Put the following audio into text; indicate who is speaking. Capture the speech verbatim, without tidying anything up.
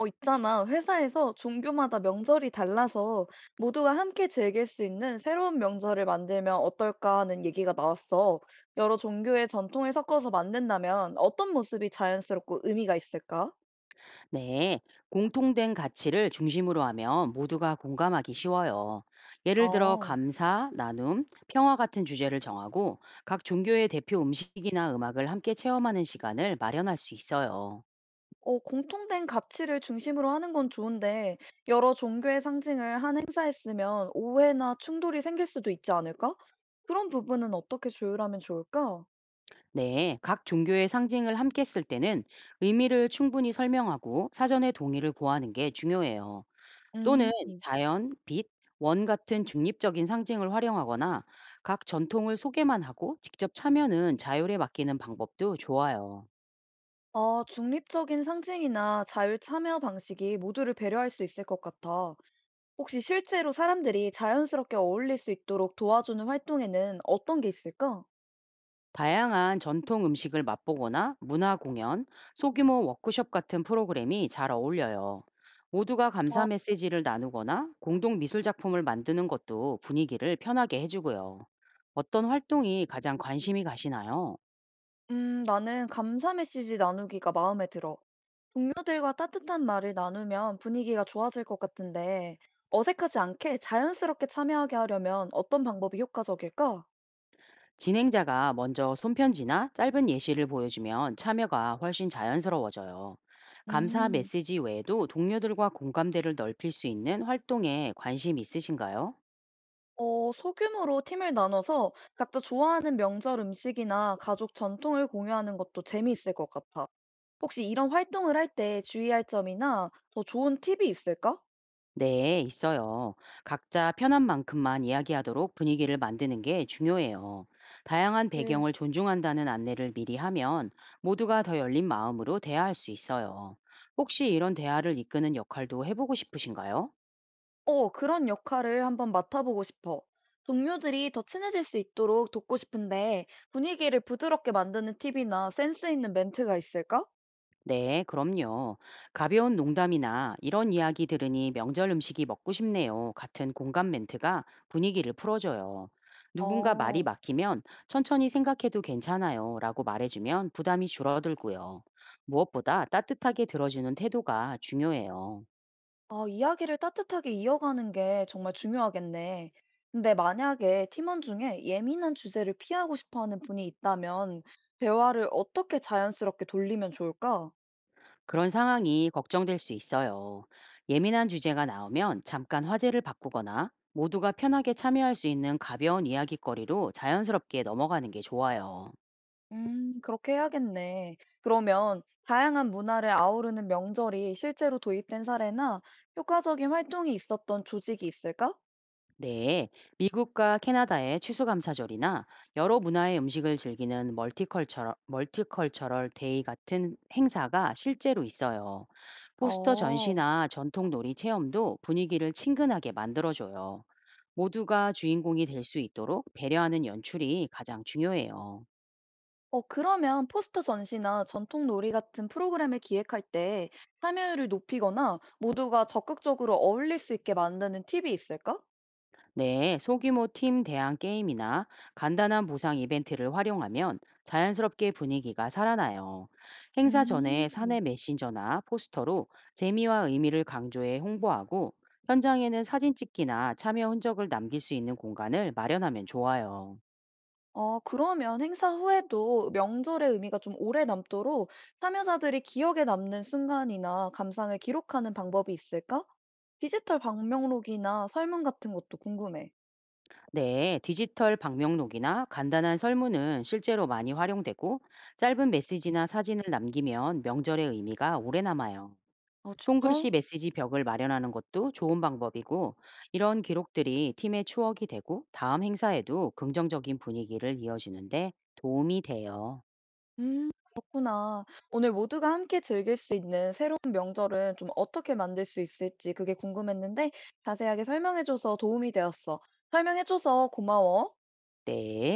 Speaker 1: 어, 있잖아. 회사에서 종교마다 명절이 달라서 모두가 함께 즐길 수 있는 새로운 명절을 만들면 어떨까 하는 얘기가 나왔어. 여러 종교의 전통을 섞어서 만든다면 어떤 모습이 자연스럽고 의미가 있을까?
Speaker 2: 네, 공통된 가치를 중심으로 하면 모두가 공감하기 쉬워요. 예를 들어
Speaker 1: 어,
Speaker 2: 감사, 나눔, 평화 같은 주제를 정하고 각 종교의 대표 음식이나 음악을 함께 체험하는 시간을 마련할 수 있어요.
Speaker 1: 어, 공통된 가치를 중심으로 하는 건 좋은데 여러 종교의 상징을 한 행사했으면 오해나 충돌이 생길 수도 있지 않을까? 그런 부분은 어떻게 조율하면 좋을까?
Speaker 2: 네, 각 종교의 상징을 함께 쓸 때는 의미를 충분히 설명하고 사전에 동의를 구하는 게 중요해요.
Speaker 1: 음.
Speaker 2: 또는 자연, 빛, 원 같은 중립적인 상징을 활용하거나 각 전통을 소개만 하고 직접 참여는 자율에 맡기는 방법도 좋아요.
Speaker 1: 아, 중립적인 상징이나 자율 참여 방식이 모두를 배려할 수 있을 것 같아. 혹시 실제로 사람들이 자연스럽게 어울릴 수 있도록 도와주는 활동에는 어떤 게 있을까?
Speaker 2: 다양한 전통 음식을 맛보거나 문화 공연, 소규모 워크숍 같은 프로그램이 잘 어울려요. 모두가 감사
Speaker 1: 아,
Speaker 2: 메시지를 나누거나 공동 미술 작품을 만드는 것도 분위기를 편하게 해주고요. 어떤 활동이 가장 관심이 가시나요?
Speaker 1: 음, 나는 감사 메시지 나누기가 마음에 들어. 동료들과 따뜻한 말을 나누면 분위기가 좋아질 것 같은데, 어색하지 않게 자연스럽게 참여하게 하려면 어떤 방법이 효과적일까?
Speaker 2: 진행자가 먼저 손편지나 짧은 예시를 보여주면 참여가 훨씬 자연스러워져요. 감사
Speaker 1: 음.
Speaker 2: 메시지 외에도 동료들과 공감대를 넓힐 수 있는 활동에 관심 있으신가요?
Speaker 1: 어, 소규모로 팀을 나눠서 각자 좋아하는 명절 음식이나 가족 전통을 공유하는 것도 재미있을 것 같아. 혹시 이런 활동을 할 때 주의할 점이나 더 좋은 팁이 있을까?
Speaker 2: 네, 있어요. 각자 편한 만큼만 이야기하도록 분위기를 만드는 게 중요해요. 다양한
Speaker 1: 네.
Speaker 2: 배경을 존중한다는 안내를 미리 하면 모두가 더 열린 마음으로 대화할 수 있어요. 혹시 이런 대화를 이끄는 역할도 해보고 싶으신가요?
Speaker 1: 어, 그런 역할을 한번 맡아보고 싶어. 동료들이 더 친해질 수 있도록 돕고 싶은데 분위기를 부드럽게 만드는 팁이나 센스 있는 멘트가 있을까?
Speaker 2: 네, 그럼요. 가벼운 농담이나 "이런 이야기 들으니 명절 음식이 먹고 싶네요." 같은 공감 멘트가 분위기를 풀어줘요. 누군가 말이
Speaker 1: 어.
Speaker 2: 막히면 "천천히 생각해도 괜찮아요. 라고 말해주면 부담이 줄어들고요. 무엇보다 따뜻하게 들어주는 태도가 중요해요.
Speaker 1: 아, 이야기를 따뜻하게 이어가는 게 정말 중요하겠네. 근데 만약에 팀원 중에 예민한 주제를 피하고 싶어 하는 분이 있다면 대화를 어떻게 자연스럽게 돌리면 좋을까?
Speaker 2: 그런 상황이 걱정될 수 있어요. 예민한 주제가 나오면 잠깐 화제를 바꾸거나 모두가 편하게 참여할 수 있는 가벼운 이야기거리로 자연스럽게 넘어가는 게 좋아요.
Speaker 1: 음, 그렇게 해야겠네. 그러면 다양한 문화를 아우르는 명절이 실제로 도입된 사례나 효과적인 활동이 있었던 조직이 있을까?
Speaker 2: 네, 미국과 캐나다의 추수감사절이나 여러 문화의 음식을 즐기는 멀티컬처럴, 멀티컬처럴 데이 같은 행사가 실제로 있어요. 포스터
Speaker 1: 어.
Speaker 2: 전시나 전통 놀이 체험도 분위기를 친근하게 만들어줘요. 모두가 주인공이 될 수 있도록 배려하는 연출이 가장 중요해요.
Speaker 1: 어, 그러면 포스터 전시나 전통 놀이 같은 프로그램을 기획할 때 참여율을 높이거나 모두가 적극적으로 어울릴 수 있게 만드는 팁이 있을까?
Speaker 2: 네, 소규모 팀 대항 게임이나 간단한 보상 이벤트를 활용하면 자연스럽게 분위기가 살아나요. 행사 전에
Speaker 1: 음,
Speaker 2: 사내 메신저나 포스터로 재미와 의미를 강조해 홍보하고 현장에는 사진 찍기나 참여 흔적을 남길 수 있는 공간을 마련하면 좋아요.
Speaker 1: 어, 그러면 행사 후에도 명절의 의미가 좀 오래 남도록 참여자들이 기억에 남는 순간이나 감상을 기록하는 방법이 있을까? 디지털 방명록이나 설문 같은 것도 궁금해.
Speaker 2: 네, 디지털 방명록이나 간단한 설문은 실제로 많이 활용되고 짧은 메시지나 사진을 남기면 명절의 의미가 오래 남아요.
Speaker 1: 아, 진짜?
Speaker 2: 손글씨 메시지 벽을 마련하는 것도 좋은 방법이고, 이런 기록들이 팀의 추억이 되고 다음 행사에도 긍정적인 분위기를 이어주는데 도움이 돼요.
Speaker 1: 음, 그렇구나. 오늘 모두가 함께 즐길 수 있는 새로운 명절은 좀 어떻게 만들 수 있을지 그게 궁금했는데 자세하게 설명해줘서 도움이 되었어. 설명해줘서 고마워.
Speaker 2: 네.